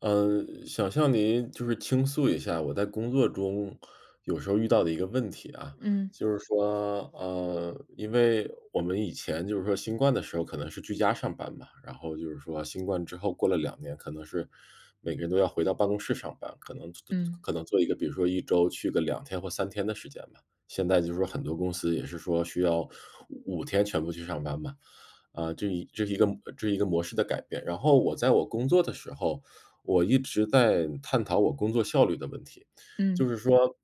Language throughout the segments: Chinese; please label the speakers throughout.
Speaker 1: 嗯，想向您倾诉一下我在工作中有时候遇到的一个问题啊。
Speaker 2: 嗯
Speaker 1: 因为我们以前新冠的时候可能是居家上班嘛，然后新冠之后过了两年，可能是每个人都要回到办公室上班，可能
Speaker 2: 嗯
Speaker 1: 可能做一个，比如说一周去个两天或三天的时间吧。现在很多公司也是说需要五天全部去上班嘛。这是一个这是一个模式的改变。然后我在我工作的时候，我一直在探讨我工作效率的问题。就
Speaker 2: 嗯
Speaker 1: 是说，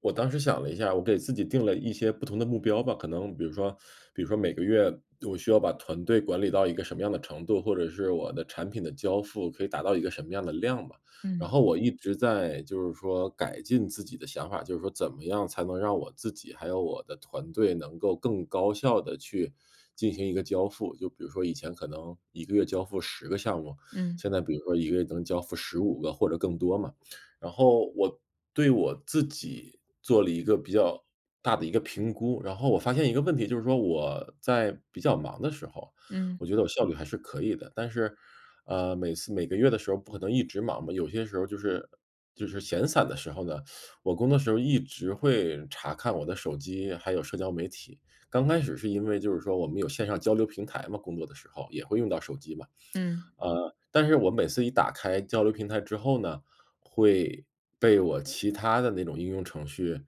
Speaker 1: 我当时想了一下，我给自己定了一些不同的目标吧，可能比如说每个月我需要把团队管理到一个什么样的程度，或者是我的产品的交付可以达到一个什么样的量吧。然
Speaker 2: 嗯
Speaker 1: 后我一直在改进自己的想法，就是说怎么样才能让我自己还有我的团队能够更高效的去进行一个交付。就比如说以前可能一个月交付10个项目，
Speaker 2: 嗯
Speaker 1: 现在比如说一个月能交付15个或者更多嘛。然后我对我自己做了一个比较大的一个评估，然后我发现一个问题，就是说我在比较忙的时候，
Speaker 2: 嗯
Speaker 1: 我觉得我效率还是可以的。但是，每次每个月的时候不可能一直忙嘛，有些时候就是闲散的时候呢，我工作时候一直会查看我的手机，还有社交媒体。刚开始是因为我们有线上交流平台嘛，工作的时候也会用到手机嘛。
Speaker 2: 嗯
Speaker 1: 但是我每次一打开交流平台之后呢，会被我其他的那种应用程序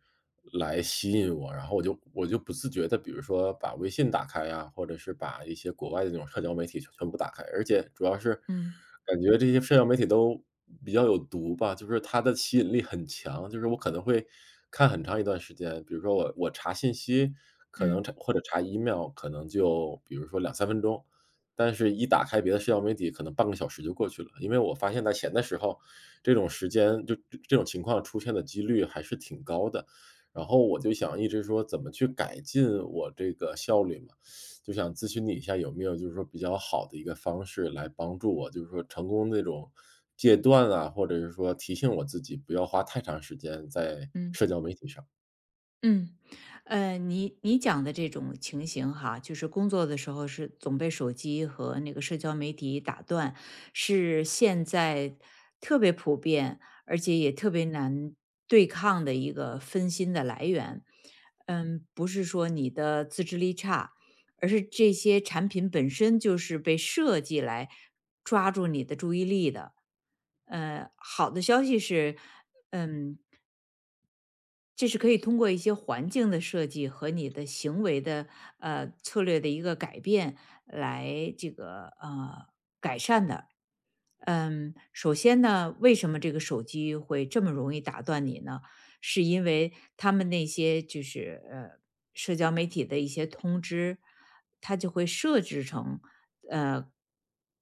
Speaker 1: 来吸引我，然后我就不自觉的，比如说把微信打开呀，或者是把一些国外的那种社交媒体全部打开。而且主要是
Speaker 2: 嗯
Speaker 1: 感觉这些社交媒体都比较有毒吧，就是它的吸引力很强，就是我可能会看很长一段时间，比如说我查信息，可能
Speaker 2: 嗯
Speaker 1: 查或者查 email，可能就比如说2、3分钟，但是一打开别的社交媒体，可能半个小时就过去了。因为我发现在闲的时候，这种时间就这这种情况出现的几率还是挺高的。然后我就想一直说怎么去改进我这个效率嘛，就想咨询你一下有没有比较好的一个方式来帮助我，就是说成功那种戒断啊，或者是说提醒我自己不要花太长时间在
Speaker 2: 嗯。
Speaker 1: 社交媒体上。
Speaker 2: 嗯，你讲的这种情形哈，就是工作的时候是总被手机和那个社交媒体打断，是现在特别普遍，而且也特别难对抗的一个分心的来源。不是说你的自制力差，而是这些产品本身就是被设计来抓住你的注意力的。好的消息是，嗯，这是可以通过一些环境的设计和你的行为的策略的一个改变来这个改善的。首先呢，为什么这个手机会这么容易打断你呢？是因为他们那些就是社交媒体的一些通知，它就会呃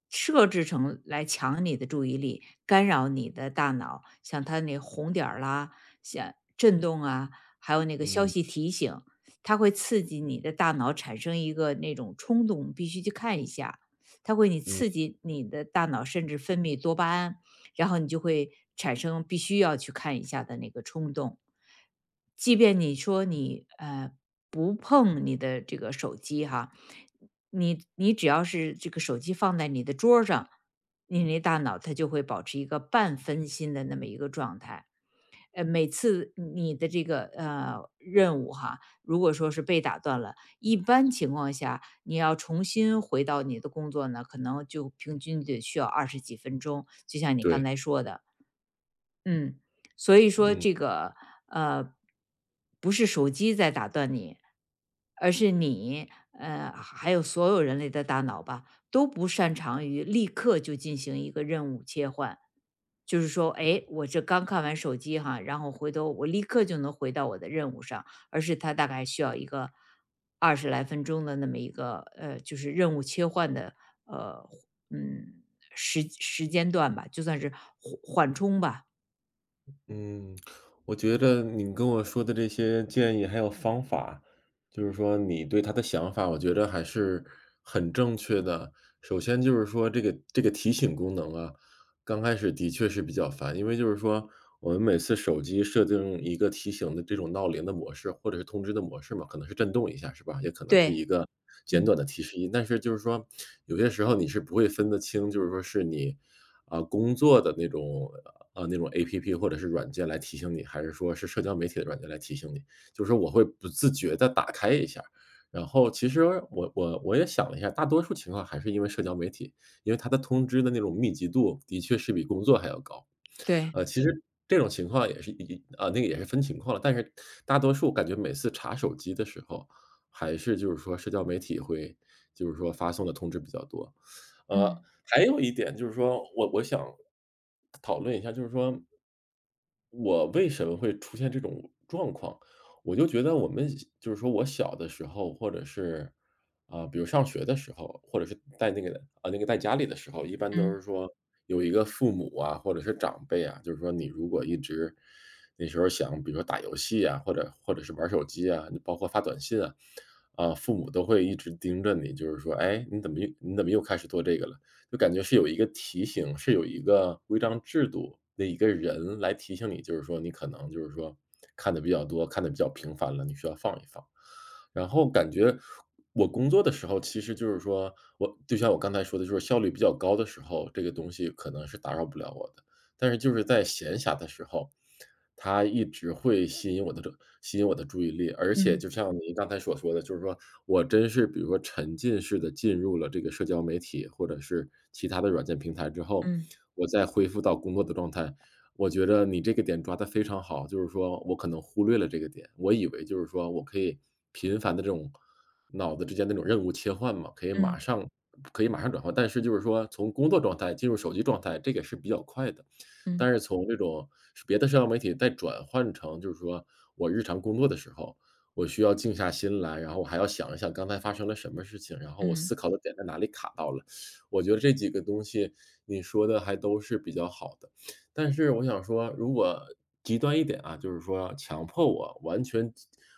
Speaker 2: 设置成来抢你的注意力，干扰你的大脑，像它那红点儿啦，像震动啊，还有那个消
Speaker 1: 嗯
Speaker 2: 息提醒，它会刺激你的大脑产生一个那种冲动，必须去看一下。你
Speaker 1: 嗯，
Speaker 2: 刺激你的大脑，甚至分泌多巴胺，然后你就会产生必须要去看一下的那个冲动。即便你说你不碰你的这个手机哈，你只要是这个手机放在你的桌儿上，你那大脑它就会保持一个半分心的那么一个状态。每次你的这个任务哈，如果说是被打断了，一般情况下，你要重新回到你的工作呢，可能就平均得需要20几分钟，就像你刚
Speaker 1: 对，
Speaker 2: 才说的。嗯，所以说
Speaker 1: 嗯。
Speaker 2: 这个，呃，不是手机在打断你，而是你，还有所有人类的大脑吧，都不擅长于立刻就进行一个任务切换。就是说，哎，我这刚看完手机哈，然后回头我立刻就能回到我的任务上，而是它大概需要一个20来分钟的那么一个就是任务切换的呃，嗯，时间段吧，就算是缓缓冲吧。
Speaker 1: 嗯，我觉得你跟我说的这些建议还有方法，就是说你对他的想法，我觉得还是很正确的。首先这个提醒功能啊，刚开始的确是比较烦，因为我们每次手机设定一个提醒的这种闹铃的模式，或者是通知的模式嘛，可能是震动一下，是吧？也可能是
Speaker 2: 对，
Speaker 1: 一个简
Speaker 2: 嗯
Speaker 1: 短的提示音，但是有些时候你是不会分得清，就是说是你啊，工作的那种那种 APP 或者是软件来提醒你，还是说是社交媒体的软件来提醒你？就是我会不自觉地打开一下，然后其实我也想了一下，大多数情况还是因为社交媒体，因为它的通知的那种密集度的确是比工作还要高。
Speaker 2: 对，
Speaker 1: 其实这种情况也是一啊，那个也是分情况了，但是大多数感觉每次查手机的时候，还是社交媒体会发送的通知比较多。呃，还有一点就是说，我想讨论一下。就是说，我为什么会出现这种状况？我就觉得我们我小的时候，或者是啊，比如上学的时候，或者是在那个啊，那个在家里的时候，一般都是
Speaker 2: 嗯
Speaker 1: 说有一个父母啊，或者是长辈啊，就是说你如果一直那时候想，比如说打游戏啊，或者是玩手机啊，包括发短信啊，啊，父母都会一直盯着你，就是说：“哎，你怎么又开始做这个了？”就感觉是有一个提醒，是有一个规章制度的一个人来提醒你，就是说你可能看的比较多，看的比较频繁了，你需要放一放。然后感觉我工作的时候，其实我就像我刚才说的，就是效率比较高的时候，这个东西可能是打扰不了我的。但是就是在闲暇的时候，它一直会吸引我的注意力。而且
Speaker 2: 嗯
Speaker 1: 就像您刚才所说的，我真是比如说沉浸式的进入了这个社交媒体或者是其他的软件平台之后，
Speaker 2: 嗯
Speaker 1: 我再恢复到工作的状态，我觉得你这个点抓得非常好，就是说我可能忽略了这个点。我以为我可以频繁的这种脑子之间的那种任务切换嘛，
Speaker 2: 嗯
Speaker 1: 可以马上转换，但是从工作状态进入手机状态，这个是比较快的。
Speaker 2: 嗯嗯
Speaker 1: 但是从这种别的社交媒体再转换成我日常工作的时候，我需要静下心来，然后我还要想一想刚才发生了什么事情，然后我
Speaker 2: 嗯嗯
Speaker 1: 思考的点在哪里卡到了。我觉得这几个东西你说的还都是比较好的，但是我想说，如果极端一点啊，就是说强迫我完全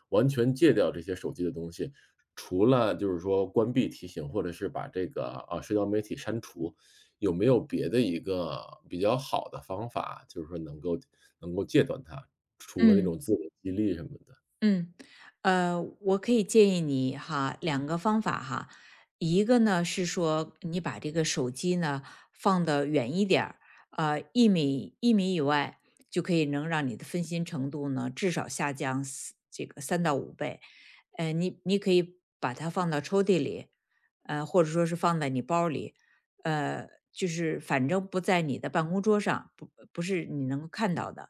Speaker 1: 完全戒掉这些手机的东西，除了关闭提醒或者是把这个，啊，社交媒体删除，有没有别的一个比较好的方法，就是说能够戒断它，除了那种
Speaker 2: 嗯。
Speaker 1: 自我激励什么的？
Speaker 2: 嗯，我可以建议你哈，两个方法哈，一个呢是说你把这个手机呢放得远一点儿，一米以外就可以能让你的分心程度呢至少下降四这个3到5倍，你可以把它放到抽屉里，或者说是放在你包里，呃，就是反正不在你的办公桌上，不是你能够看到的。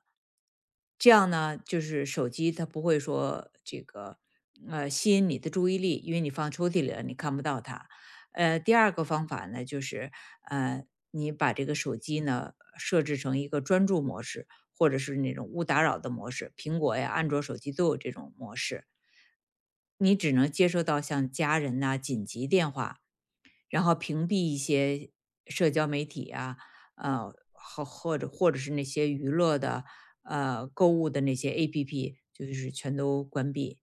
Speaker 2: 这样呢，就是手机它不会说这个吸引你的注意力，因为你放抽屉里了，你看不到它。第二个方法呢，就是呃，你把这个手机呢设置成一个专注模式，或者是那种勿打扰的模式，苹果呀、安卓手机都有这种模式。你只能接收到像家人呐、紧急电话，然后屏蔽一些社交媒体啊，或者是那些娱乐的，购物的那些 APP，就是全都关闭。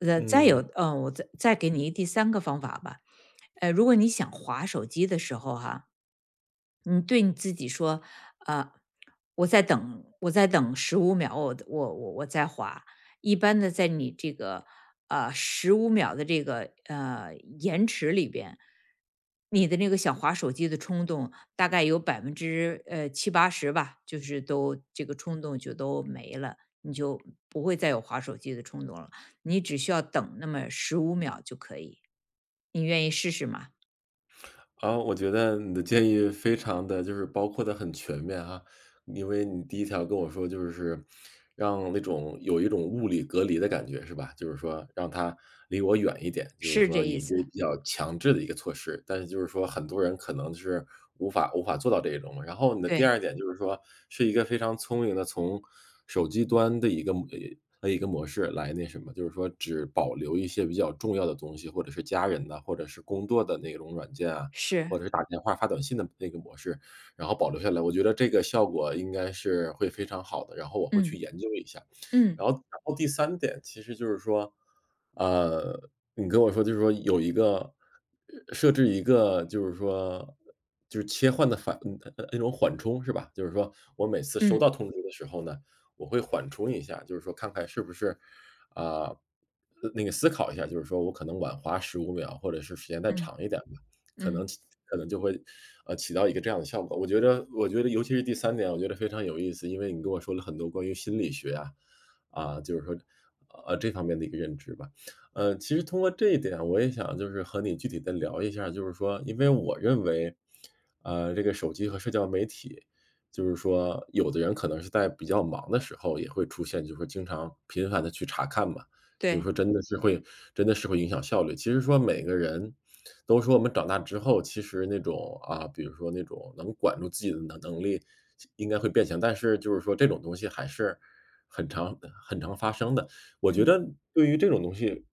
Speaker 2: 再
Speaker 1: 嗯。
Speaker 2: 有，我再给你第三个方法吧，如果你想划手机的时候哈，你对你自己说，啊，我在等十五秒，我再滑。一般的在你这个，十五秒的这个，延迟里边，你的那个想滑手机的冲动大概有百分之七八十吧，就是都这个冲动就都没了，你就不会再有滑手机的冲动了。你只需要等那么十五秒就可以。你愿意试试吗？
Speaker 1: 啊，我觉得你的建议非常的就是包括的很全面啊。因为你第一条跟我说就是让那种有一种物理隔离的感觉是吧？就是说让他离我远一点，就是
Speaker 2: 是这
Speaker 1: 说
Speaker 2: 意
Speaker 1: 一
Speaker 2: 思，
Speaker 1: 个比较强制的一个措施，但是就是说很多人可能是无法做到这一种。然后你的第
Speaker 2: 对，
Speaker 1: 二点就是说，是一个非常聪明的从手机端的一个一个模式来那什么，就是说只保留一些比较重要的东西，或者是家人的，或者是工作的那种软件啊，
Speaker 2: 是，
Speaker 1: 或者是打电话、发短信的那个模式，然后保留下来。我觉得这个效果应该是会非常好的，然后我会去
Speaker 2: 嗯。
Speaker 1: 研究一下。
Speaker 2: 嗯
Speaker 1: 然后第三点其实就是说，呃，你跟我说有一个设置一个就是切换的那种缓冲是吧？就是说我每次收
Speaker 2: 嗯
Speaker 1: 到通知的时候呢，我会缓冲一下，就是说看看是不是，啊，呃，那个思考一下，就是说我可能晚滑15秒，或者是时间再
Speaker 2: 嗯
Speaker 1: 长一点吧。可能
Speaker 2: 嗯，
Speaker 1: 可能就会，起到一个这样的效果。我觉得尤其是第三点，我觉得非常有意思，因为你跟我说了很多关于心理学啊，啊，这方面的一个认知吧。其实通过这一点，我也想就是和你具体的聊一下。因为我认为，这个手机和社交媒体，就是说有的人可能是在比较忙的时候也会出现，就是说经常频繁的去查看嘛，就是
Speaker 2: 对，
Speaker 1: 说真的是会影响效率。其实说每个人都说我们长大之后，其实那种啊，比如说那种能管住自己的能力应该会变强，但是这种东西还是很常很常发生的。我觉
Speaker 2: 嗯
Speaker 1: 得对于这种东西，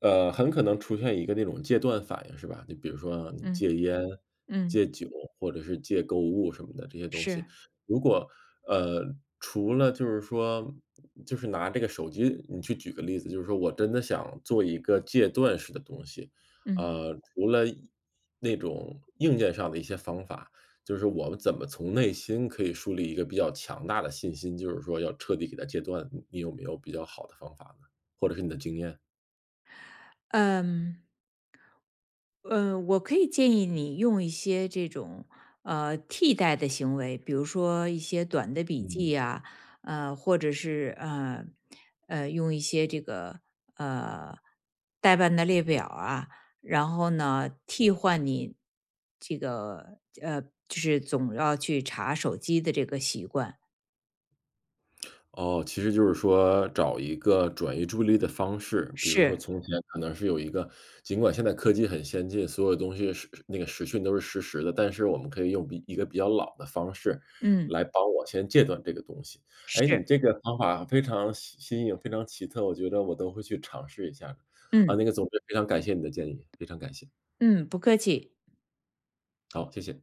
Speaker 1: 很可能出现一个那种戒断反应，是吧？你比如说你
Speaker 2: 嗯
Speaker 1: 戒烟、
Speaker 2: 嗯，
Speaker 1: 戒酒或者是戒购物什么的这些东西，
Speaker 2: 是，
Speaker 1: 如果呃，除了就是拿这个手机，你去举个例子，就是说我真的想做一个戒断式的东西。
Speaker 2: 嗯
Speaker 1: 除了那种硬件上的一些方法，就是我们怎么从内心可以树立一个比较强大的信心，就是说要彻底给它戒断，你有没有比较好的方法呢？或者是你的经验？
Speaker 2: 嗯。我可以建议你用一些这种替代的行为，比如说一些短的笔记
Speaker 1: 嗯。
Speaker 2: 呀、或者是用一些这个呃代办的列表啊，然后呢替换你这个就是总要去查手机的这个习惯，
Speaker 1: 哦，其实就是说找一个转移注意力的方式，比如说
Speaker 2: 是，
Speaker 1: 从前可能是有一个尽管现在科技很先进，所有东西是那个时讯都是实时的，但是我们可以用比一个比较老的方式
Speaker 2: 嗯
Speaker 1: 来帮我先戒断这个东西。哎，你
Speaker 2: 是，
Speaker 1: 这个方法非常新新颖，非常奇特，我觉得我都会去尝试一下的。啊，
Speaker 2: 嗯。
Speaker 1: 那个总之非常感谢你的建议，非常感谢，
Speaker 2: 嗯，不客气。
Speaker 1: 好，谢谢。